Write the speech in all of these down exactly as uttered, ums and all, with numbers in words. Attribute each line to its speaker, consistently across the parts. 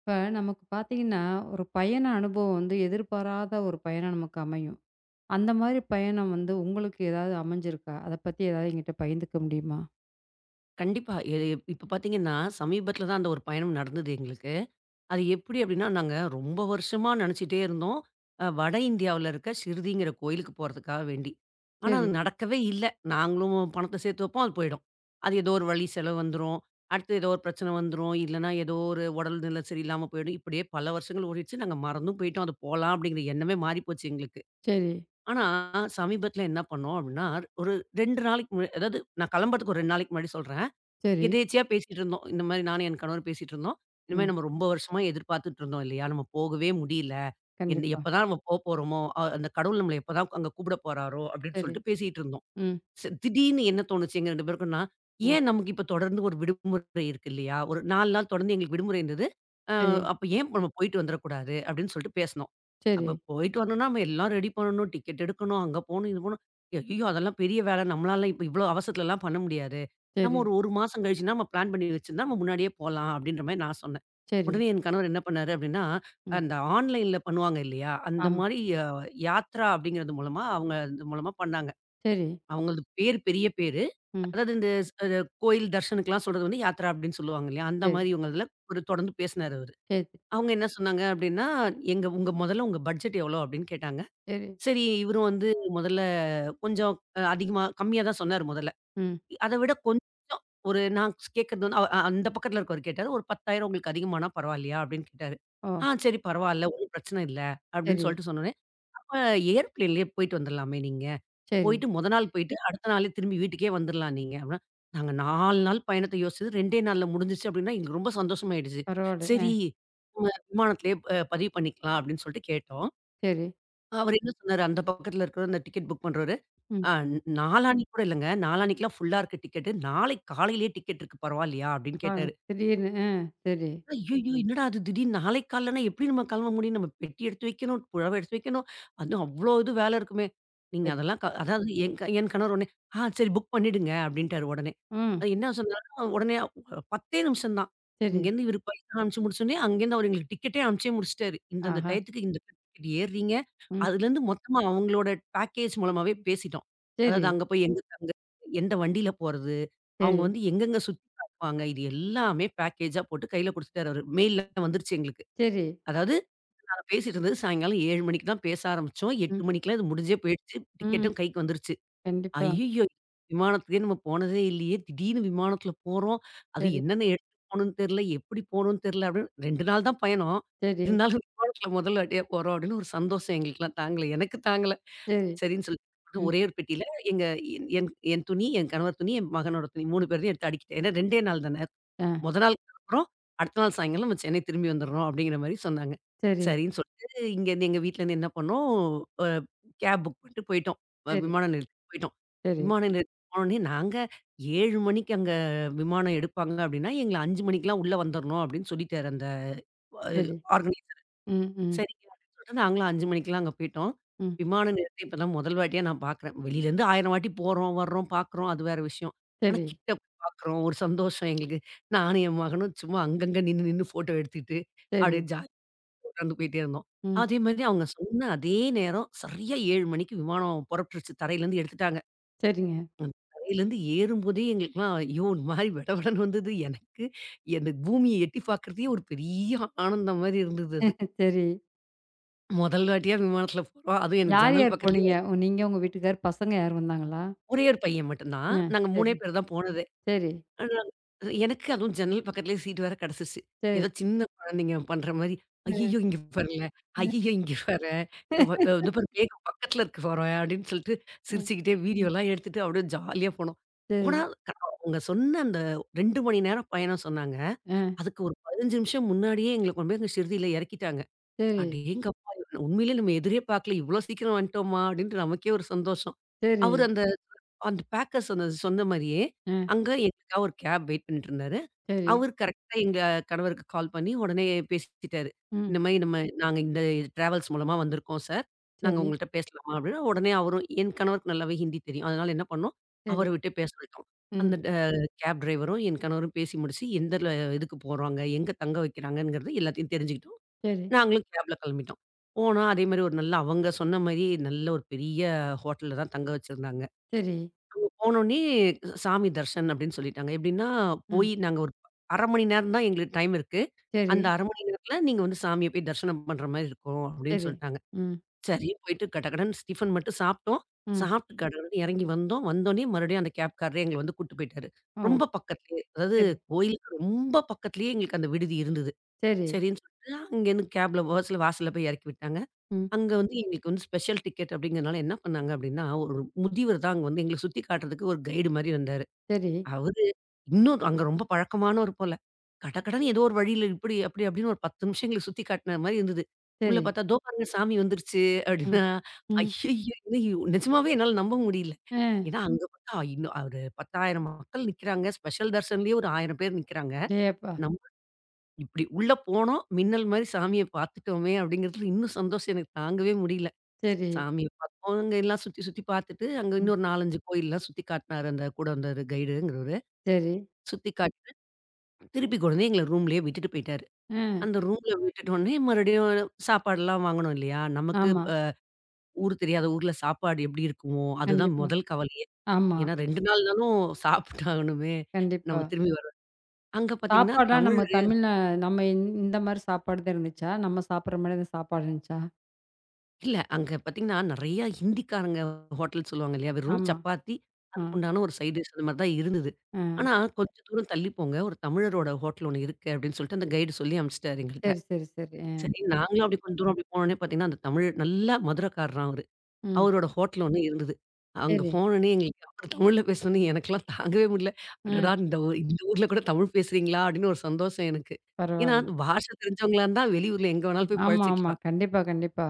Speaker 1: இப்ப நமக்கு பார்த்தீங்கன்னா, ஒரு பயண அனுபவம் வந்து எதிர்பாராத ஒரு பயணம் நமக்கு அமையும். அந்த மாரி பயணம் வந்து உங்களுக்கு ஏதாவது அமைஞ்சிருக்கா? அத பத்தி ஏதாவது என்கிட்ட பகிர்ந்துக்க முடியுமா?
Speaker 2: கண்டிப்பா. இது இப்ப பார்த்தீங்கன்னா, சமீபத்தில தான் அந்த ஒரு பயணம் நடந்தது எங்களுக்கு. அது எப்படி அப்படின்னா, நாங்க ரொம்ப வருஷமா நெனச்சுட்டே இருந்தோம். அ வட இந்தியாவுல இருக்க ஷிர்டிங்கிற கோயிலுக்கு போறதுக்காக வேண்டி. ஆனா,
Speaker 1: சரி,
Speaker 2: அது நடக்கவே இல்ல. நாங்களும் பணத்த சேர்த்து வைப்போம், அது போயிடும். அது ஏதோ ஒரு வழி செலவு வந்துரும். அடுத்து ஏதோ ஒரு பிரச்சனை வந்துரும். இல்லன்னா, ஏதோ ஒரு உடல்நிலை சரியில்லாம போயிடும். இப்படியே பல வருஷங்கள் ஓடிடுச்சு. நாங்க மறந்தும் போயிட்டோம். அது போலாம் அப்படிங்கிற எண்ணமே மாறி போச்சு எங்களுக்கு.
Speaker 1: சரி,
Speaker 2: ஆனா, சமீபத்தில என்ன பண்ணோம் அப்படின்னா, ஒரு ரெண்டு நாளைக்கு முன் அதாவது நான் கிளம்புறதுக்கு ஒரு ரெண்டு நாளைக்கு முன்னாடி சொல்றேன்.
Speaker 1: சரி.
Speaker 2: எதேர்ச்சையா பேசிட்டு இருந்தோம். இந்த மாரி நானும் என் கணவரும் பேசிட்டு இருந்தோம். இந்த மாரி
Speaker 1: ம்.
Speaker 2: நம்ம ரொம்ப வருஷமா எதிர்பார்த்துட்டு இருந்தோம் இல்லையா? நம்ம போகவே முடியல. என்
Speaker 1: கண்டிப்பா.
Speaker 2: எப்பதான் நம்ம போப்போறோமோ, அ அந்த கடவுள் நம்மள எப்பதான் அங்க கூப்பிட போறாரோ அப்படின்னு
Speaker 1: சரி.
Speaker 2: சொல்லிட்டு பேசிட்டு இருந்தோம்.
Speaker 1: ம்.
Speaker 2: ச திடீர்னு என்ன தோணுச்சு எங்க ரெண்டு பேருக்கும்னா,
Speaker 1: ம்.
Speaker 2: ஏன் நமக்கு இப்ப தொடர்ந்து ஒரு விடுமுறை இருக்கு இல்லையா? ஒரு நாலு நாள் தொடர்ந்து எங்களுக்கு விடுமுறை இருந்தது. அ
Speaker 1: சரி,
Speaker 2: அப்ப ஏன் நம்ம போயிட்டு வந்துரக்கூடாது? அப்படின்னு சொல்லிட்டு பேசுனோம்.
Speaker 1: சரி,
Speaker 2: அப்ப போயிட்டு வரணும்னா நம்ம எல்லாம் ரெடி பண்ணணும். டிக்கெட் எடுக்கணும். அங்க போணும், இது போணும். ஐயய்யோ! அதெல்லாம் பெரிய வேலை. நம்மளால இப்ப இவ்வளோ அவசரத்துலலாம் பண்ண முடியாது. நம்ம
Speaker 1: சரி,
Speaker 2: ஒரு 1 மாசம் கழிச்சுன்னா நம்ம பிளான் பண்ணி வச்சிருந்தா நம்ம முன்னாடியே போலாம் அப்படின்ற மாரி நான் சொன்னேன்.
Speaker 1: சரி.
Speaker 2: உடனே என் கணவர் என்ன பண்ணாரு அப்படின்னா,
Speaker 1: ம்.
Speaker 2: அந்த ஆன்லைன்ல பண்ணுவாங்க இல்லையா? அந்த
Speaker 1: ஆம்.
Speaker 2: மாரி அ யாத்ரா அப்படிங்கிறது மூலமா அவங்க அது மூலமா பண்ணாங்க.
Speaker 1: சரி.
Speaker 2: அவங்களது பேரு பெரிய பேரு.
Speaker 1: ம்.
Speaker 2: அதாவது இந்த ஸ் அது கோயில் தர்ஷனுக்குலாம் சொல்றது வந்து யாத்ரா அப்படின்னு சொல்லுவாங்க இல்லையா? அந்த
Speaker 1: சரி,
Speaker 2: மாரி இவங்கதுல ஒரு தொடர்ந்து பேசினாரு அவரு.
Speaker 1: சரி,
Speaker 2: அவங்க என்ன சொன்னாங்க அப்படின்னா, "எங்க உங்க முதல்ல உங்க பட்ஜெட் எவ்வளோ?" அப்படின்னு கேட்டாங்க.
Speaker 1: சரி.
Speaker 2: சரி இவரும் வந்து முதல்ல கொஞ்சம் அ அதிகமா கம்மியா தான் சொன்னாரு முதல்ல.
Speaker 1: ம்.
Speaker 2: அத விட கொஞ்சம் ஒரு நான் கேட்கறது வந்து அவ- அ அந்த பக்கத்துல இருக்கவரு கேட்டாரு. "ஒரு பத்தாயிரம் உங்களுக்கு அதிகமானா பரவாயில்லையா?" அப்படின்னு கேட்டாரு.
Speaker 1: ஓ!
Speaker 2: "ஆ சரி பரவால்ல. ஒண்ணும் பிரச்சனை இல்ல." அப்படின்னு
Speaker 1: சரி,
Speaker 2: சொல்லிட்டு சொன்னோனே, "அப்ப ஏர்பிளேன்லயே போயிட்டு வந்துரலாமே நீங்க?"
Speaker 1: சரி.
Speaker 2: போயிட்டு மொத நாள் போயிட்டு, அடுத்த நாளே திரும்பி வீட்டுக்கே வந்துரலாம் நீங்க. அப்படீன்னா, நாங்க நாலு நாள் பயணத்த யோசிச்சது 2டே நாள்ல முடிஞ்சுருச்சு அப்படீன்னா, எங்களுக்கு ரொம்ப சந்தோஷமாயிடுச்சு.
Speaker 1: பரவால்ல. அ
Speaker 2: "சரி, நம்ம விமானத்திலயே அ பதிவு பண்ணிக்கலாம்." அப்படீன்னு சொல்லிட்டு கேட்டோம்.
Speaker 1: சரி.
Speaker 2: அவரு என்ன சொன்னாரு, அந்த பக்கத்துல இருக்கிற அந்த டிக்கெட் புக் பண்றவரு,
Speaker 1: ம்.
Speaker 2: "அ நாளான்னைக்கு கூட இல்லைங்க. நாளான்னைக்குலாம் ஃபுல்லா இருக்கு டிக்கெட்டு. நாளைக்கு காலையிலேயே டிக்கெட் இருக்கு பரவால்லையா?" அப்படீன்னு
Speaker 1: ஆ,
Speaker 2: கேட்டாரு.
Speaker 1: திடீர்னு, அ சரி,
Speaker 2: ஐயய்யோ! என்னடா அது திடீர்னு நாளைக்கு காலைலனா எப்படி நம்ம கிளம்ப முடியும்? நம்ம பெட்டி எடுத்து வைக்கணும், புடவ எடுத்து வைக்கணும். அதுவும் அவ்ளோ இது வேலை இருக்குமே. நீங்க
Speaker 1: சரி.
Speaker 2: அதெல்லாம் க அதாவது என் என் கணவர் உடனே, "ஆ சரி புக் பண்ணிடுங்க" அப்படின்ட்டாரு உடனே.
Speaker 1: ம்.
Speaker 2: அது என்ன சொன்னாலும் உடனே பத்து நிமிஷம் தான்.
Speaker 1: சரி.
Speaker 2: இங்கேருந்து இவரு பைசா அனுப்பிச்சு முடிச்சோனே, அங்கேருந்து அவரு எங்களுக்கு டிக்கெட்டே அனுப்பிச்சே முடிச்சுட்டாரு. இந்தந்த
Speaker 1: ஆஹா!
Speaker 2: டயத்துக்கு இந்த டிக்கெட் ஏறுறீங்க.
Speaker 1: ம்.
Speaker 2: அதுலேருந்து மொத்தமா அவங்களோட பேக்கேஜ் மூலமாவே பேசிட்டோம்.
Speaker 1: சரி,
Speaker 2: அதாவது அங்க போய் எங்க தங்க, எந்த வண்டியில போறது, அவங்க
Speaker 1: சரி.
Speaker 2: வந்து எங்கெங்க சுத்தி காட்டுவாங்க. இது எல்லாமே பேக்கேஜா போட்டு கையில குடுத்துட்டாரு அவரு. மெயில்ல வந்துருச்சு எங்களுக்கு.
Speaker 1: சரி.
Speaker 2: அதாவது நாங்க பேசிட்டு இருந்தது சாயங்காலம் ஏழு மணிக்கு தான் பேச ஆரம்பிச்சோம்.
Speaker 1: ம்,
Speaker 2: எட்டு மணிக்கெல்லாம் இது முடிஞ்சே போயிடுச்சு.
Speaker 1: ம்.
Speaker 2: டிக்கெட்டும் கைக்கு வந்துருச்சு.
Speaker 1: கண்டிப்பா.
Speaker 2: ஐயய்யோ! விமானத்துக்கே நம்ம போனதே இல்லையே! திடீர்னு விமானத்துல போறோம். அது
Speaker 1: சரி,
Speaker 2: என்னென்ன எடுத்துட்டு போணும்னு தெரியல, எப்படி போணும்னு தெரியல அப்படின்னு ரெண்டு நாள் தான் பயணம்.
Speaker 1: சரி,
Speaker 2: இருந்தாலும் விமானத்துல முதல் வாட்டியா போறோம் அப்படின்னு ஒரு சந்தோஷம் எங்களுக்கெல்லாம் தாங்கல. எனக்கு தாங்கல.
Speaker 1: சரி.
Speaker 2: சரின்னு சொல்லிட்டு
Speaker 1: ம்.
Speaker 2: ஒரே ஒரு பெட்டியில எங்க என் என் என் துணி, என் கணவர் துணி, என் மகனோட துணி மூணு பேரையும் எடுத்து அடுக்கிட்டேன். ஏன்னா 2டே நாள் தானே!
Speaker 1: ஆ.
Speaker 2: மொத நாள் கெளம்புறோம். அடுத்த நாள் சாயங்காலம் நம்ம சென்னை திரும்பி வந்துர்றோம்." அப்படிங்கிற மாரி சொன்னாங்க.
Speaker 1: சரி,
Speaker 2: சரின்னு சொல்லிட்டு இங்கேருந்து எங்க வீட்லருந்து என்ன பண்ணோம், அ கேப் புக் பண்ணிட்டு போயிட்டோம். அ
Speaker 1: சரி,
Speaker 2: விமான நிலையத்துக்கு போயிட்டோம்.
Speaker 1: சரி,
Speaker 2: விமான நிலையத்துக்கு போனோனே நாங்க ஏழு மணிக்கு அங்க விமானம் எடுப்பாங்க அப்படின்னா, எங்கள அஞ்சு மணிக்கெல்லாம் உள்ள வந்துரணும் அப்படின்னு சொல்லிட்டாரு அந்த அ
Speaker 1: சரி.
Speaker 2: ஆர்கனை
Speaker 1: ம், ம்,
Speaker 2: சரிங்க. அப்படின்னு சொல்லிட்டு நாங்களும் அஞ்சு மணிக்கெல்லாம் அங்க போயிட்டோம்.
Speaker 1: ம்.
Speaker 2: விமான நிலையத்த இப்ப தான் முதல் வாட்டியா நான் பார்க்குறேன். வெளியிலேருந்து ஆயிரம் வாட்டி போறோம், வர்றோம், பார்க்குறோம். அது வேற விஷயம். ஆனா
Speaker 1: சரி,
Speaker 2: கிட்ட போய் பார்க்குறோம். ஒரு சந்தோஷம் எங்களுக்கு. நானும் என் மகனும் சும்மா அங்கங்க நின்னு நின்னு ஃபோட்டோ எடுத்துக்கிட்டு,
Speaker 1: சரி.
Speaker 2: அப்படியே ஜாலியா உட்கார்ந்து போயிட்டே இருந்தோம்.
Speaker 1: ம்.
Speaker 2: அதே மாதிரி அவங்க சொன்ன அதே நேரம் சரியா ஏழு மணிக்கு விமானம் புறப்பட்டுருச்சு. தரையிலேருந்து எடுத்துட்டாங்க.
Speaker 1: சரிங்க.
Speaker 2: அந்த தரையிலேருந்து ஏறும்போதே எங்களுக்கெல்லாம் ஐயோ! ஒரு மாரி வெடவெடன்னு வந்தது. எனக்கு, எனக்கு பூமிய எட்டி பார்க்குறதே ஒரு பெரிய ஆனந்தம் மாரி இருந்தது அது.
Speaker 1: சரி.
Speaker 2: முதல் வாட்டியா விமானத்துல போறோம். அதுவும் எனக்கு
Speaker 1: யார்,
Speaker 2: ஜன்னல்
Speaker 1: யார் போனீங்க?
Speaker 2: பக்கத்துலயே
Speaker 1: உ நீங்க, உங்க வீட்டுக்கார், பசங்க யாரும் வந்தாங்களா?
Speaker 2: ஒரே ஒரு பையன் மட்டும் தான்.
Speaker 1: அ.
Speaker 2: நாங்க மூணு
Speaker 1: சரி,
Speaker 2: பேர் தான் போனதே.
Speaker 1: சரி,
Speaker 2: ஆனா, எனக்கு அதுவும் ஜன்னல் பக்கத்துலயே சீட் வேற கிடைச்சிருச்சு.
Speaker 1: சரி.
Speaker 2: ஏதோ சின்ன குழந்தைங்க பண்ற மாரி,
Speaker 1: அ, அ.
Speaker 2: "ஐய்யய்யோ! இங்க வரேன்.
Speaker 1: ம்.
Speaker 2: ஐய்யய்யோ! இங்க வரேன். வ இதோ பாரு மேகம் பக்கத்துல இருக்கு வரேன்" அப்படின்னு சொல்லிட்டு சிரிச்சுக்கிட்டே வீடியோலாம் எடுத்துட்டு அப்படியே ஜாலியா போனோம்.
Speaker 1: சரி.
Speaker 2: போனா க- அவங்க சொன்ன அந்த ரெண்டு மணி நேரம் பயணம் சொன்னாங்க.
Speaker 1: அ.
Speaker 2: அதுக்கு ஒரு பதினஞ்சு நிமிஷம் முன்னாடியே எங்கள கொண்டு போய் அங்க ஷிர்டில இறக்கிட்டாங்க.
Speaker 1: சரி,
Speaker 2: அடேங்கப்பா! உண்மையிலே நம்ம எதிரே பார்க்கல. இவ்ளோ சீக்கிரம் வந்துட்டோமா! அப்டின்ட்டு நமக்கே ஒரு சந்தோஷம்.
Speaker 1: சரி.
Speaker 2: அவரு அந்த அந்த பேக்கர்ஸ் அந்த சொன்ன மாரியே,
Speaker 1: அ.
Speaker 2: அங்க எங்களுக்காக ஒரு கேப் வெயிட் பண்ணிட்டு இருந்தாரு.
Speaker 1: சரி.
Speaker 2: அவரு கரெக்ட்டா எங்க கணவருக்கு கால் பண்ணி உடனே பேசிட்டாரு.
Speaker 1: ம்.
Speaker 2: இந்த மாரி நம்ம நாங்க இந்த டிராவல்ஸ் மூலமா வந்திருக்கோம் சார். நாங்க
Speaker 1: சரி,
Speaker 2: உங்கள்ட்ட பேசலாமா? அப்டின்னா உடனே அவரும் என் கணவருக்கு நல்லாவே ஹிந்தி தெரியும். அதனால என்ன பண்ணோம், அவர
Speaker 1: சரி.
Speaker 2: விட்டு பேச விட்டோம்.
Speaker 1: ம்.
Speaker 2: அந்த அ கேப் டிரைவரும் என் கணவரும் பேசி முடிச்சு, எந்த இதுக்கு போறாங்க, எங்க தங்க வைக்கிறாங்கங்கிறது எல்லாத்தையும் தெரிஞ்சுக்கிட்டோம்.
Speaker 1: சரி,
Speaker 2: நாங்களும் கேப்ல கிளம்பிட்டோம். போனா அதே மாரி ஒரு நல்ல அவங்க சொன்ன மாரி நல்ல ஒரு பெரிய ஹோட்டல்ல தான் தங்க வச்சிருந்தாங்க.
Speaker 1: சரி.
Speaker 2: அங்க போனோனே சாமி தர்ஷன் அப்டின்னு சொல்லிட்டாங்க. எப்டின்னா
Speaker 1: ம்.
Speaker 2: போய் நாங்க ஒரு அரை மணி நேரம் தான் எங்களுக்கு டைம் இருக்கு.
Speaker 1: சரி,
Speaker 2: அந்த அரை மணி நேரத்துல நீங்க வந்து சாமிய போய் தரிசனம் பண்ற மாரி இருக்கும் அப்டின்னு
Speaker 1: சரி.
Speaker 2: சொல்ட்டாங்க.
Speaker 1: ம்,
Speaker 2: சரி போயிட்டு கடகடன்னு டிஃபன் மட்டும் சாப்ட்டோம்.
Speaker 1: ம்.
Speaker 2: சாப்ட்டு கடகடன்னு எறங்கி வந்தோம். வந்தோனே மறுபடியும் அந்த கேப்காரரே எங்கள வந்து கூட்டு போயிட்டாரு.
Speaker 1: ஓ!
Speaker 2: ரொம்ப பக்கத்துலயே அதாவது
Speaker 1: சரி,
Speaker 2: கோயிலுக்கு ரொம்ப பக்கத்துலயே எங்களுக்கு அந்த விடுதி இருந்தது.
Speaker 1: சரி.
Speaker 2: சரின்னு சொல்லிட்டு அங்கேருந்து கேப்ல பஸ்ல வாசல்ல போய் எறக்கி விட்டாங்க.
Speaker 1: ம்.
Speaker 2: அங்க வந்து எங்களுக்கு வந்து ஸ்பெஷல் டிக்கெட் அப்படிங்கிறனால என்ன பண்ணாங்க அப்படின்னா, ஒரு முதியவர் தான் அங்க வந்து எங்கள சுத்தி காட்டுறதுக்கு ஒரு கைடு மாரி வந்தாரு.
Speaker 1: சரி.
Speaker 2: அவரு இன்னும் அங்க ரொம்ப பழக்கமானவர் போல. கடகடன்னு ஏதோ ஒரு வழியில இப்படி அப்படி அப்படின்னு ஒரு பத்து நிமிஷம் எங்கள சுத்தி காட்டுன மாரி இருந்தது. உள்ள
Speaker 1: சரி.
Speaker 2: பார்த்தா "தோ பாருங்க சாமி வந்துருச்சு"
Speaker 1: ம்,
Speaker 2: அப்படின்னா,
Speaker 1: ம்.
Speaker 2: ஐயய்யோ! இன்னும் நிஜமாவே என்னால நம்ப முடியல.
Speaker 1: அ
Speaker 2: ஏன்னா அங்க பார்த்தா இன்னும் ஒரு பத்தாயிரம் மக்கள் நிக்கிறாங்க. ஸ்பெஷல் தர்ஷன்லயே ஒரு ஆயிரம் பேர் நிக்கிறாங்க.
Speaker 1: டேயப்பா!
Speaker 2: நம்ம இப்படி உள்ள போனோம், மின்னல் மாரி சாமிய பார்த்துட்டோமே அப்படிங்கிறதுல இன்னும் சந்தோஷம் எனக்கு தாங்கவே முடியல.
Speaker 1: சரி,
Speaker 2: சாமிய பார்த்தோம். அங்க எல்லாம் சுத்தி, சுத்தி பார்த்துட்டு, அங்க
Speaker 1: ம்.
Speaker 2: இன்னொரு நாலு, அஞ்சு கோயில்லாம் சுத்தி காட்னாரு. அந்த கூட வந்தவரு கைடுங்கிறவரு.
Speaker 1: சரி.
Speaker 2: சுத்தி காட்டிட்டு, திருப்பி கொண்டு வந்து எங்கள ரூம்லயே விட்டுட்டு போயிட்டாரு.
Speaker 1: அ
Speaker 2: அந்த ரூம்ல விட்டுட்டோனே, மறுபடியும் சாப்பாடுலாம் வாங்கணும் இல்லையா? நமக்கு
Speaker 1: ஆமா.
Speaker 2: அ ஊர் தெரியாத ஊர்ல சாப்பாடு எப்படி இருக்குமோ? அதுதான்
Speaker 1: கண்டிப்பா.
Speaker 2: முதல் கவலையே.
Speaker 1: ஆமா.
Speaker 2: ஏன்னா ரெண்டு நாள்னாலும் சாப்பிட்டாகணுமே!
Speaker 1: கண்டிப்பா.
Speaker 2: நம்ம திரும்பி வரோம். அங்க பார்த்தீங்கன்னா,
Speaker 1: சாப்பாடுலாம் நம்ம
Speaker 2: தமிழ்
Speaker 1: தமிழ்ல, நம்ம இந் இந்த மாரி சாப்பாடு தான் இருந்துச்சா? நம்ம சாப்பிடுற மாரி அந்த சாப்பாடு இருந்துச்சா?
Speaker 2: இல்ல. அங்க பார்த்தீங்கன்னா, நெறைய ஹிந்திக்காரங்க ஹோட்டல் சொல்லுவாங்க இல்லையா? வெறும்
Speaker 1: ஆமா.
Speaker 2: சப்பாத்தி,
Speaker 1: அ,
Speaker 2: அதுக்கு உண்டான ஒரு சைட் டிஷ் அந்த மாரி தான் இருந்தது.
Speaker 1: அ.
Speaker 2: ஆனா, கொஞ்சம் தூரம் தள்ளி போங்க. ஒரு தமிழரோட ஹோட்டல் ஒண்ணு இருக்கு அப்படின்னு சொல்லிட்டு அந்த கைடு சொல்லி அனுப்பிச்சுட்டாரு எங்கள்ட்ட.
Speaker 1: சரி, சரி, சரி. அ,
Speaker 2: சரி நாங்களும் அப்படி கொஞ்சம் தூரம் அப்படி போனோனே பார்த்தீங்கன்னா, அந்த தமிழ் நல்லா மதுரக்காரராம் அவரு.
Speaker 1: ம்.
Speaker 2: அவரோட ஹோட்டல் ஒண்ணு இருந்தது. அங்க
Speaker 1: சரி.
Speaker 2: போனோனே எங்களுக்கு அவரு தமிழ்ல பேசினோனே எனக்கெல்லாம் தாங்கவே முடியல.
Speaker 1: ம்.
Speaker 2: அடடா! இந்த ஊ இந்த ஊர்ல கூட தமிழ் பேசுறீங்களா? அப்படின்னு ஒரு சந்தோஷம் எனக்கு. ஏன்னா,
Speaker 1: பரவால்ல.
Speaker 2: பாஷை தெரிஞ்சவங்களா இருந்தா வெளியூர்ல எங்க வேணாலும் போய்
Speaker 1: ஆமா, ஆமா.
Speaker 2: பொழச்சுக்கலாம்.
Speaker 1: கண்டிப்பா, கண்டிப்பா.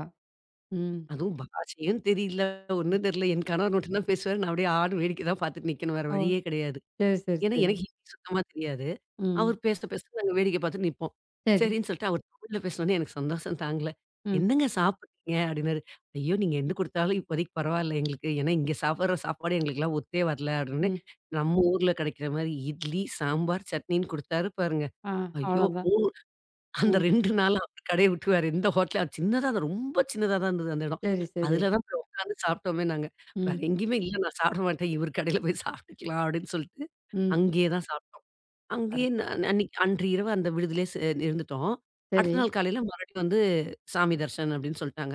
Speaker 1: ம்.
Speaker 2: அதுவும் பாஷையும் தெரியல,
Speaker 1: ம்.
Speaker 2: ஒண்ணும் தெரியல. என் கணவர் மட்டும் தான் பேசுவாரு. நான் அப்படியே ஆடு வேடிக்கை தான் பார்த்துட்டு நிக்கணும். வேற
Speaker 1: ஓ!
Speaker 2: வழியே கிடையாது.
Speaker 1: சரி, சரி,
Speaker 2: ஏன்னா
Speaker 1: சரி.
Speaker 2: எனக்கு ஹிந்தி சுத்தமா தெரியாது.
Speaker 1: ம்.
Speaker 2: அவர் பேச, பேச நாங்க வேடிக்கை பார்த்துட்டு நிப்போம்.
Speaker 1: சரி.
Speaker 2: சரின்னு சொல்லிட்டு அவர் தமிழ்ல பேசினோனே எனக்கு சந்தோஷம் தாங்கல.
Speaker 1: ம்,
Speaker 2: "என்னங்க சாப்பிடுறீங்க?" அப்படின்னாரு. "ஐயோ! நீங்க என்ன குடுத்தாலும் இப்போதைக்கு பரவாயில்ல எங்களுக்கு. ஏன்னா இங்க சாப்பிடுற சாப்பாடு எங்களுக்கெல்லாம் ஒத்தே வரல" அப்படின்னு.
Speaker 1: ம்.
Speaker 2: நம்ம ஊர்ல கிடைக்கிற மாரி இட்லி, சாம்பார், சட்னின்னு குடுத்தாரு பாருங்க.
Speaker 1: ஆ,
Speaker 2: ஐயோ!
Speaker 1: அவ்வளோதான்.
Speaker 2: அந்த
Speaker 1: ம்.
Speaker 2: ரெண்டு நாளா அவர் கடைய விட்டு வேற எந்த ஹோட்டலும் அது சின்னதா தான் ரொம்ப சின்னதா தான் இருந்தது அந்த இடம்.
Speaker 1: சரி, சரி.
Speaker 2: அதுல தான் போய் உட்காந்து சாப்பிட்டோமே நாங்க. வேற
Speaker 1: ம்,
Speaker 2: எங்கேயுமே இல்ல நான் சாப்பிட மாட்டேன். இவர் கடையில போய் சாப்பிட்டுக்கலாம் அப்படின்னு சொல்லிட்டு,
Speaker 1: ம்.
Speaker 2: அங்கேயே தான் சாப்பிட்டோம்.
Speaker 1: பரவா,
Speaker 2: அங்கேயே ந அன்னைக்கு அன்று இரவு அந்த விடுதியிலே ச இருந்துட்டோம்.
Speaker 1: சரி.
Speaker 2: அடுத்த நாள் காலையில மறுபடியும் வந்து சாமி தரிசனம் அப்படின்னு சொல்ட்டாங்க.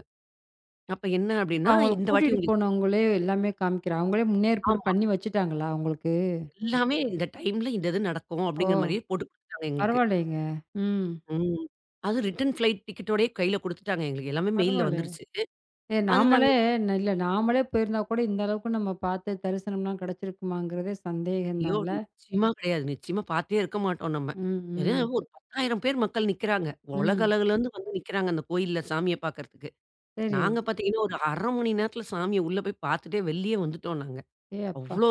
Speaker 2: அப்ப என்ன
Speaker 1: இப்ப
Speaker 2: அப்படின்னா,
Speaker 1: அவங்கள
Speaker 2: இந்த வாட்டி
Speaker 1: கூட்டிட்டு
Speaker 2: உங்களுக்கு
Speaker 1: போனவங்களே எல்லாமே காமிக்கிறாங்க. அவங்களே முன்னேற்பாடு
Speaker 2: ஆமா.
Speaker 1: பண்ணி வச்சுட்டாங்களா உங்களுக்கு?
Speaker 2: எல்லாமே இந்த டைம்ல இந்த இது நடக்கும்
Speaker 1: ஓ!
Speaker 2: அப்படிங்கிற மாரியே போட்டு குடுத்துட்டாங்க எங்களுக்கு.
Speaker 1: பரவாயில்லைங்க. ம்.
Speaker 2: ம். அதுவும் ரிட்டர்ன் ஃப்ளைட் டிக்கெட்டோடயே கையில குடுத்துட்டாங்க எங்களுக்கு. எல்லாமே மெயில்ல
Speaker 1: பரவாயில்ல.
Speaker 2: வந்துருச்சு.
Speaker 1: ஏ,
Speaker 2: அது நாங்க
Speaker 1: நாமளே ந இல்ல, நாமளே போயிருந்தா கூட இந்த அளவுக்கு நம்ம பார்த்து தரிசனம்லாம் கிடைச்சிருக்குமாங்கிறதே சந்தேகம்
Speaker 2: ஐயோ!
Speaker 1: தான்ல.
Speaker 2: நிச்சயமா கிடையாது. நிச்சயமா பார்த்தே இருக்க மாட்டோம் நம்ம.
Speaker 1: ம்,
Speaker 2: ஏன்னா
Speaker 1: ம்,
Speaker 2: ஒரு பத்தாயிரம் பேர் மக்கள் நிக்கிறாங்க. உலக
Speaker 1: ம்.
Speaker 2: அளவுலருந்து வந்து நிக்கிறாங்க அந்த கோயில்ல சாமிய பார்க்கறதுக்கு.
Speaker 1: சரி.
Speaker 2: நாங்க பார்த்தீங்கன்னா, ஒரு அரை மணி நேரத்துல சாமிய உள்ள போய் பார்த்துட்டே வெளியே வந்துட்டோம் நாங்க.
Speaker 1: ஏ அப்பா!
Speaker 2: அவ்ளோ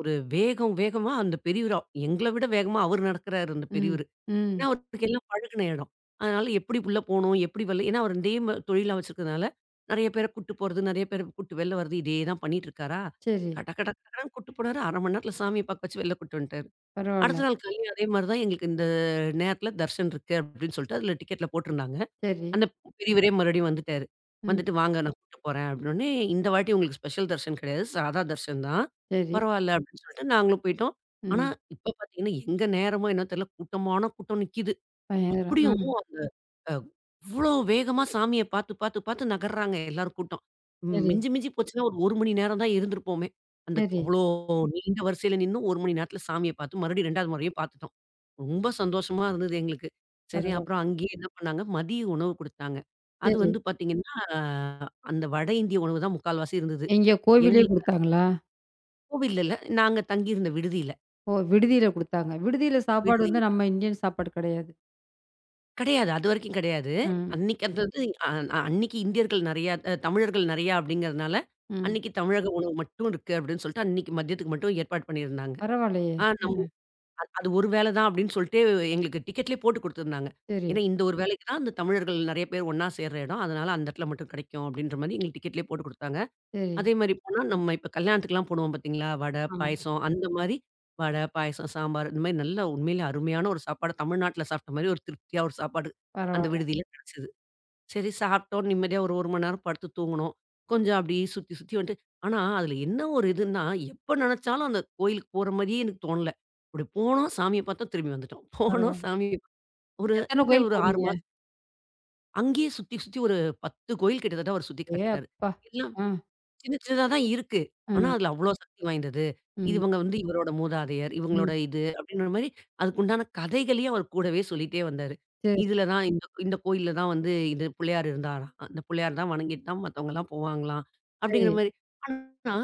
Speaker 2: ஒரு வேகம் வேகமா அந்த பெரியவரு எங்கள விட வேகமா அவரு நடக்கிறாரு அந்த
Speaker 1: ம்,
Speaker 2: பெரியவரு.
Speaker 1: ம்.
Speaker 2: ஏன்னா அவருக்கு எல்லாம் பழகுன இடம். அதனால எப்படி உள்ள போணும், எப்படி வெளில ஏன்னா அவர் இதே ம தொழிலா வச்சிருக்கிறதுனால, நெறைய பேர கூட்டு போறது, நெறைய பேர கூட்டு வெளில வர்றது இதே தான் பண்ணிட்டு இருக்காரா,
Speaker 1: சரி.
Speaker 2: கட கட கடன்னு கூட்டு போனாரு. அரை மணி நேரத்துல சாமிய பார்க்க வச்சு வெளில கூட்டு வந்துட்டாரு. அடுத்த
Speaker 1: பரவால்ல.
Speaker 2: நாள் காலையில அதே மாரி தான் எங்களுக்கு இந்த நேரத்தில தர்ஷன் இருக்கு அப்படின்னு சொல்லிட்டு அதில டிக்கெட்ல போட்டிருந்தாங்க.
Speaker 1: சரி.
Speaker 2: அந்த பெரியவரே மறுபடியும் வந்துட்டாரு.
Speaker 1: ம்.
Speaker 2: வந்துட்டு வாங்க நான் கூட்டிட்டு போறேன் அப்படின்னோனே, இந்த வாட்டி உங்களுக்கு ஸ்பெஷல் தர்ஷன் கிடையாது. சாதா தர்ஷன் தான்.
Speaker 1: சரி.
Speaker 2: பரவால்ல அப்படின்னு சொல்லிட்டு நாங்களும் போயிட்டோம். ஆனா
Speaker 1: ம்.
Speaker 2: இப்ப பார்த்தீங்கன்னா, எங்க நேரமோ என்னவோ தெரியல கூட்டமான கூட்டம் நிக்கிது.
Speaker 1: பயங்கரம்.
Speaker 2: அப்படியும்
Speaker 1: ம்.
Speaker 2: அந்த அ இவ்ளோ வேகமா சாமிய பார்த்து, பார்த்து, பார்த்து நகர்றாங்க எல்லார் கூட்டம். ம்
Speaker 1: சரி,
Speaker 2: மிஞ்சி மிஞ்சி போச்சுன்னா ஒரு 1 மணி நேரம் தான் இருந்திருப்போமே. அந்த
Speaker 1: சரி.
Speaker 2: அவ்ளோ நீண்ட வரிசையில நின்னு ஒரு மணி நேரத்தில சாமிய பார்த்து மறுபடியும் 2வது முறையும் பார்த்துட்டோம். ரொம்ப சந்தோஷமா இருந்தது எங்களுக்கு. சரி
Speaker 1: பரவால்ல.
Speaker 2: அப்புறம் அங்கேயே என்ன பண்ணாங்க, மதிய உணவு குடுத்தாங்க. அது
Speaker 1: சரி.
Speaker 2: வந்து பார்த்தீங்கன்னா, அந்த வட இந்திய உணவு தான் முக்கால்வாசி இருந்தது.
Speaker 1: எங்கேயோ கோவில்லயே
Speaker 2: எங்களுக்கு
Speaker 1: குடுத்தாங்களா?
Speaker 2: கோவில்ல இல்ல, நாங்க தங்கியிருந்த விடுதியில. விடுதியில.
Speaker 1: ஓ! விடுதியில குடுத்தாங்க. விடுதியில சாப்பாடு
Speaker 2: விடுதி
Speaker 1: வந்து நம்ம இந்தியன் சாப்பாடு கிடையாது.
Speaker 2: கிடையாது. அதுவரைக்கும் கிடையாது.
Speaker 1: ம்,
Speaker 2: அன்னைக்கு ம். அந்தது அ அன்னைக்கு இந்தியர்கள் நெறையா அ தமிழர்கள் நெறையா அப்படிங்கிறதுனால,
Speaker 1: ம்.
Speaker 2: அன்னைக்கு தமிழக உணவு மட்டும் இருக்கு அப்படின்னு சொல்லிட்டு, அன்னைக்கு மதியத்துக்கு மட்டும் ஏற்பாடு பண்ணியிருந்தாங்க.
Speaker 1: பரவாயில்லையே!
Speaker 2: ஆ நம்
Speaker 1: அ.
Speaker 2: ம். அ அது ஒரு வேளை தான் அப்படின்னு சொல்லிட்டு எங்களுக்கு டிக்கெட்லயே போட்டு குடுத்துருந்தாங்க.
Speaker 1: சரி,
Speaker 2: ஏன்னா இந்த ஒரு வேலைக்கு தான் அந்த தமிழர்கள் நெறைய பேர் ஒண்ணா சேர்ற இடம். அதனால அந்த இடத்துல மட்டும் கிடைக்கும் அப்படின்ற மாரி எங்களுக்கு டிக்கெட்லயே போட்டு குடுத்தாங்க.
Speaker 1: சரி.
Speaker 2: அதே மாரி போனா, நம்ம இப்ப கல்யாணத்துக்குலாம் போடுவோம் பார்த்தீங்களா? வடை,
Speaker 1: ஆமா.
Speaker 2: பாயசம் அந்த மாரி வடை, பாயசம், சாம்பார் இந்த மாரி நல்ல உண்மையிலே அருமையான ஒரு சாப்பாடு. தமிழ்நாட்ல சாப்பிட்ட மாரி ஒரு திருப்தியா ஒரு சாப்பாடு அந்த
Speaker 1: பரவால்ல,
Speaker 2: விடுதியில கிடைச்சது. சரி சாப்பிட்டோம், நிம்மதியா ஒரு 1 மணி நேரம் படுத்து தூங்குனோம். கொஞ்சம் அப்படியே சுத்தி சுத்தி வந்துட்டு ஆனா, அதில என்ன ஒரு இதுன்னா, எப்ப நெனச்சாலும் அந்த கோயிலுக்கு போற மாரியே எனக்கு தோணல. அப்படி போனோம், சாமிய பார்த்தோம், திரும்பி வந்துட்டோம். போனோம்
Speaker 1: பரவால்ல.
Speaker 2: சாமி ஒரு
Speaker 1: எத்தன
Speaker 2: என்ன
Speaker 1: கோயில்
Speaker 2: ஒரு ஆறு
Speaker 1: போனீங்க?
Speaker 2: மாசம் அங்கேயே சுத்தி சுத்தி ஒரு பத்து கோயில் கிட்டத்தட்ட அவரு சுத்தி
Speaker 1: ஏ
Speaker 2: காட்னாரு.
Speaker 1: அப்பா!
Speaker 2: எல்லாம்
Speaker 1: ஆ.
Speaker 2: சின்ன சின்னதா தான் இருக்கு. ஆனா
Speaker 1: அ,
Speaker 2: அதுல அவ்ளோ சக்தி வாய்ந்தது. இது
Speaker 1: ம்,
Speaker 2: இவங்க வந்து இவரோட மூதாதையர், இவங்களோட
Speaker 1: ம்.
Speaker 2: இது அப்படின்ற மாரி அதுக்குண்டான கதைகளையும் அவர் கூடவே சொல்லிட்டே வந்தாரு.
Speaker 1: சரி, சரி,
Speaker 2: இதுல தான் இந்த இந்த கோயில்ல தான் வந்து இது பிள்ளையார் இருந்தாராம். அந்த பிள்ளையார் தான் வணங்கிட்டு தான் மத்தவங்கலாம் போவாங்களாம்.
Speaker 1: சரி.
Speaker 2: அப்படிங்கிற மாரி. ஆனா,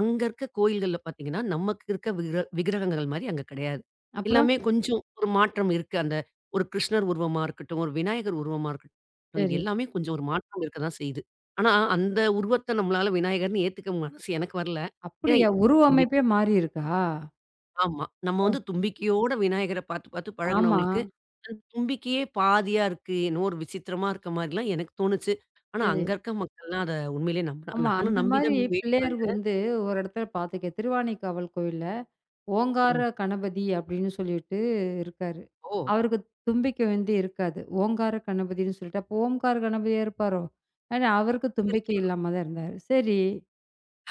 Speaker 2: அங்க இருக்க கோயில்கள்ல பார்த்தீங்கன்னா, நமக்கு இருக்க விக்ர விக்கிரகங்கள் மாரி அங்க கிடையாது.
Speaker 1: அப்புறம்?
Speaker 2: எல்லாமே கொஞ்சம் ஒரு மாற்றம் இருக்கு. அந்த ஒரு கிருஷ்ணர் உருவமா இருக்கட்டும், ஒரு விநாயகர் உருவமா இருக்கட்டும், இது
Speaker 1: சரி.
Speaker 2: எல்லாமே கொஞ்சம் ஒரு மாற்றம் இருக்க தான் செய்யுது. ஆனா, அந்த உருவத்த நம்மளால விநாயகர்ன்னு ஏத்துக்க மனசு எனக்கு வரல. ஏன்னா
Speaker 1: அப்படியா? உருவ
Speaker 2: தும்பிக்கை
Speaker 1: அமைப்பே மாறியிருக்கா?
Speaker 2: ஆமா. நம்ம
Speaker 1: ஓ!
Speaker 2: வந்து தும்பிக்கையோட விநாயகர பார்த்து, பார்த்து
Speaker 1: ஆமா.
Speaker 2: பழகுனவங்களுக்கு, அந்த தும்பிக்கையே பாதியா இருக்கு. என்னவோ ஒரு விசித்திரமா இருக்க மாரிலாம் எனக்கு தோணுச்சு. ஆனா,
Speaker 1: சரி.
Speaker 2: அங்க இருக்க மக்கள்லாம் அத உண்மையிலேயே நம்புனா
Speaker 1: ஆமா.
Speaker 2: நானும்
Speaker 1: அந்த
Speaker 2: நம்பி
Speaker 1: மாரி
Speaker 2: தான் வேண்டிட்டு
Speaker 1: பிள்ளையார்
Speaker 2: வந்தேன்.
Speaker 1: வந்து ஒரு இடத்துல பார்த்துருக்கேன், திருவானைக்காவல் கோயில்ல. ஓங்கார
Speaker 2: ம்.
Speaker 1: கணபதி அப்படின்னு சொல்லிட்டு இருக்காரு.
Speaker 2: ஓ!
Speaker 1: அவருக்கு தும்பிக்கை வந்து இருக்காது. ஓங்கார கணபதின்னு சொல்லிட்டு, அப்போ ஓம்கார கணபதியா இருப்பாரோ? ஆனா அவருக்கு தும்பிக்கை
Speaker 2: இருக்கலாம்.
Speaker 1: இல்லாம தான் இருந்தாரு. சரி.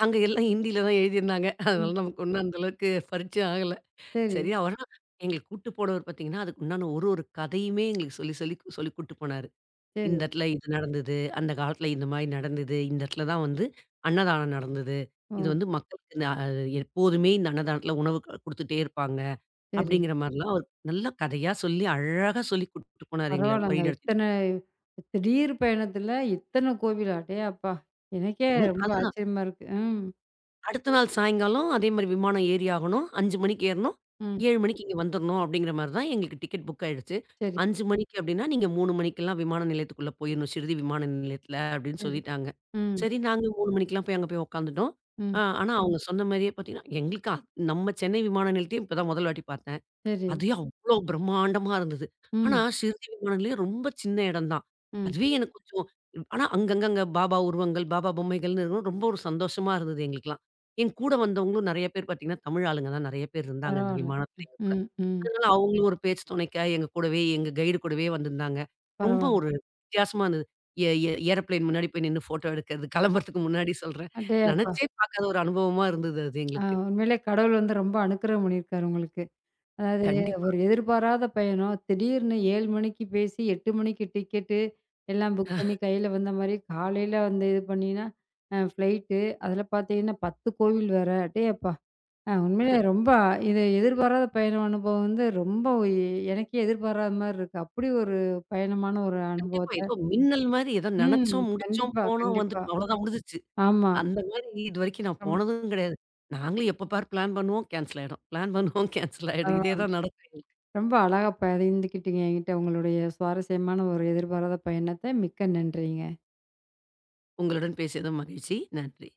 Speaker 2: அங்க எல்லாம் ஹிந்தியில தான் எழுதியிருந்தாங்க.
Speaker 1: ம்.
Speaker 2: அதனால நமக்கு ஒண்ணும் அந்த அளவுக்கு பரிச்சயம் ஆகல.
Speaker 1: சரி,
Speaker 2: சரி அவர்லாம் எங்களுக்கு கூட்டு போனவர் பார்த்தீங்கன்னா, அதுக்கு உண்டான ஒரு ஒரு கதையுமே எங்களுக்கு சொல்லி, சொல்லி, சொல்லி கூட்டு போனாரு.
Speaker 1: சரி.
Speaker 2: இந்த இடத்துல இது நடந்தது. அந்த காலத்துல இந்த மாரி நடந்தது. இந்த இடத்துல தான் வந்து அன்னதானம் நடந்தது. இது
Speaker 1: ம்.
Speaker 2: வந்து மக்களுக்கு ந எப்போதுமே இந்த அன்னதானத்துல உணவு குடுத்துட்டே இருப்பாங்க.
Speaker 1: சரி.
Speaker 2: அப்படிங்கிற மாரிலாம் அவர் நல்ல கதையா சொல்லி அழகா சொல்லி கூட்டிட்டு போனாரு எங்கள
Speaker 1: பரவாயில்லங்க.
Speaker 2: வழிநடத்தி.
Speaker 1: இத்தன திடீர் பயணத்துல இத்தன கோவில். அடேயப்பா! எனக்கே
Speaker 2: ம்.
Speaker 1: ரொம்ப
Speaker 2: அது
Speaker 1: ஆச்சரியமா இருக்கு. ம்.
Speaker 2: அடுத்த நாள் சாயங்காலம் அதே மாரி விமானம் ஏறி ஆகணும். அஞ்சு மணிக்கு ஏறணும்.
Speaker 1: ம்.
Speaker 2: ஏழு மணிக்கு இங்க வந்துரணும் அப்படிங்கிற மாரி தான் எங்களுக்கு டிக்கெட் புக் ஆயிடுச்சு.
Speaker 1: சரி,
Speaker 2: அஞ்சு மணிக்கு அப்படின்னா, "நீங்க மூணு மணிக்கெல்லாம் விமான நிலையத்துக்குள்ள போயிரணும், ஷிர்டி விமான நிலையத்துல" அப்படின்னு
Speaker 1: சரி.
Speaker 2: சொல்லிட்டாங்க.
Speaker 1: ம்.
Speaker 2: சரி நாங்க மூணு மணிக்கெல்லாம் போய் அங்க போய் உட்காந்துட்டோம்.
Speaker 1: ம்.
Speaker 2: அ ஆனா அவங்க சொன்ன மாரியே பார்த்தீங்கன்னா, எங்களுக்கு அ- நம்ம சென்னை விமான நிலையத்தையும் இப்ப தான் முதல் வாட்டி பார்த்தேன்.
Speaker 1: சரி.
Speaker 2: அது அவ்ளோ பிரம்மாண்டமா இருந்தது. ஆனா,
Speaker 1: ம்.
Speaker 2: சிறுத்தை விமானம்லயே ரொம்ப சின்ன இடம் தான்.
Speaker 1: ம்.
Speaker 2: அதுவே எனக்கு கொஞ்சம் ஆனா அங்கங்கங்க பாபா உருவங்கள், பாபா பொம்மைகள்னு இருக்கும். ரொம்ப ஒரு சந்தோஷமா இருந்தது எங்களுக்கெல்லாம். என் கூட வந்தவங்களும் நெறைய பேர் பார்த்தீங்கன்னா, தமிழ் ஆளுங்க தான் நெறைய பேர் இருந்தாங்க அந்த
Speaker 1: பரவால்ல.
Speaker 2: விமானத்துல எங்க கூட.
Speaker 1: ம். ம்.
Speaker 2: அதனால அவங்களும் ஒரு பேச்சு துணைக்கா எங்க கூடவே, எங்க கைடு கூடவே வந்திருந்தாங்க. ரொம்ப
Speaker 1: பரவால்ல.
Speaker 2: ஒரு வித்தியாசமா இருந்தது. ஏ ஏ ஏரோப்ளேன் முன்னாடி போய் நின்னு ஃபோட்டோ எடுக்கிறது, கிளம்புறதுக்கு முன்னாடி சொல்றேன்.
Speaker 1: அடேயப்பா!
Speaker 2: நெனச்சே பார்க்காத ஒரு அனுபவமா இருந்தது அது
Speaker 1: ஆ,
Speaker 2: எங்களுக்கு.
Speaker 1: உண்மையிலே கடவுள் வந்து ரொம்ப அனுக்கிரகம் பண்ணியிருக்காரு உங்களுக்கு. அதாவது
Speaker 2: கண்டிப்பா.
Speaker 1: ஒரு எதிர்பாராத பயணம், திடீர்னு ஏழு மணிக்கு பேசி எட்டு மணிக்கு டிக்கெட்டு எல்லாம் புக் பண்ணி கையில வந்த மாரி, காலையில வந்து இது பண்ணீங்கன்னா, அ ஃப்ளைட்டு அதில பார்த்தீங்கன்னா பத்து கோவில் வேற. அடேயப்பா! அ உண்மையிலே ரொம்ப இது எதிர்பாராத பயண அனுபவம் வந்து ரொம்ப, எ எனக்கே எதிர்பாராத மாரி இருக்கு. அப்படி ஒரு பயணமான ஒரு
Speaker 2: கண்டிப்பா.
Speaker 1: அனுபவத்த.
Speaker 2: ஏதோ மின்னல் மாரி ஏதோ
Speaker 1: ம்.
Speaker 2: நெனச்சோம், முடிச்சோம்,
Speaker 1: கண்டிப்பா,
Speaker 2: போனோம்,
Speaker 1: கண்டிப்பா.
Speaker 2: வந்துட்டோம். அவ்வளோதான் முடிஞ்சிச்சு.
Speaker 1: ஆமா.
Speaker 2: அந்த மாரி இதுவரைக்கும் நான் போனதும் கிடையாது. நாங்களும் எப்ப பார் பிளான் பண்ணுவோம், கேன்சல் ஆயிடும். பிளான் பண்ணுவோம், கேன்சல் ஆயிடும். இதே
Speaker 1: ரொம்
Speaker 2: தான் நடக்கும் எங்களுக்கு.
Speaker 1: ரொம்ப அழகா பகிர்ந்துக்கிட்டீங்க என்கிட்ட உங்களுடைய சுவாரஸ்யமான ஒரு எதிர்பாராத பயணத்த. மிக்க நன்றிங்க.
Speaker 2: உங்களுடன் பேசியது மகிழ்ச்சி. நன்றி.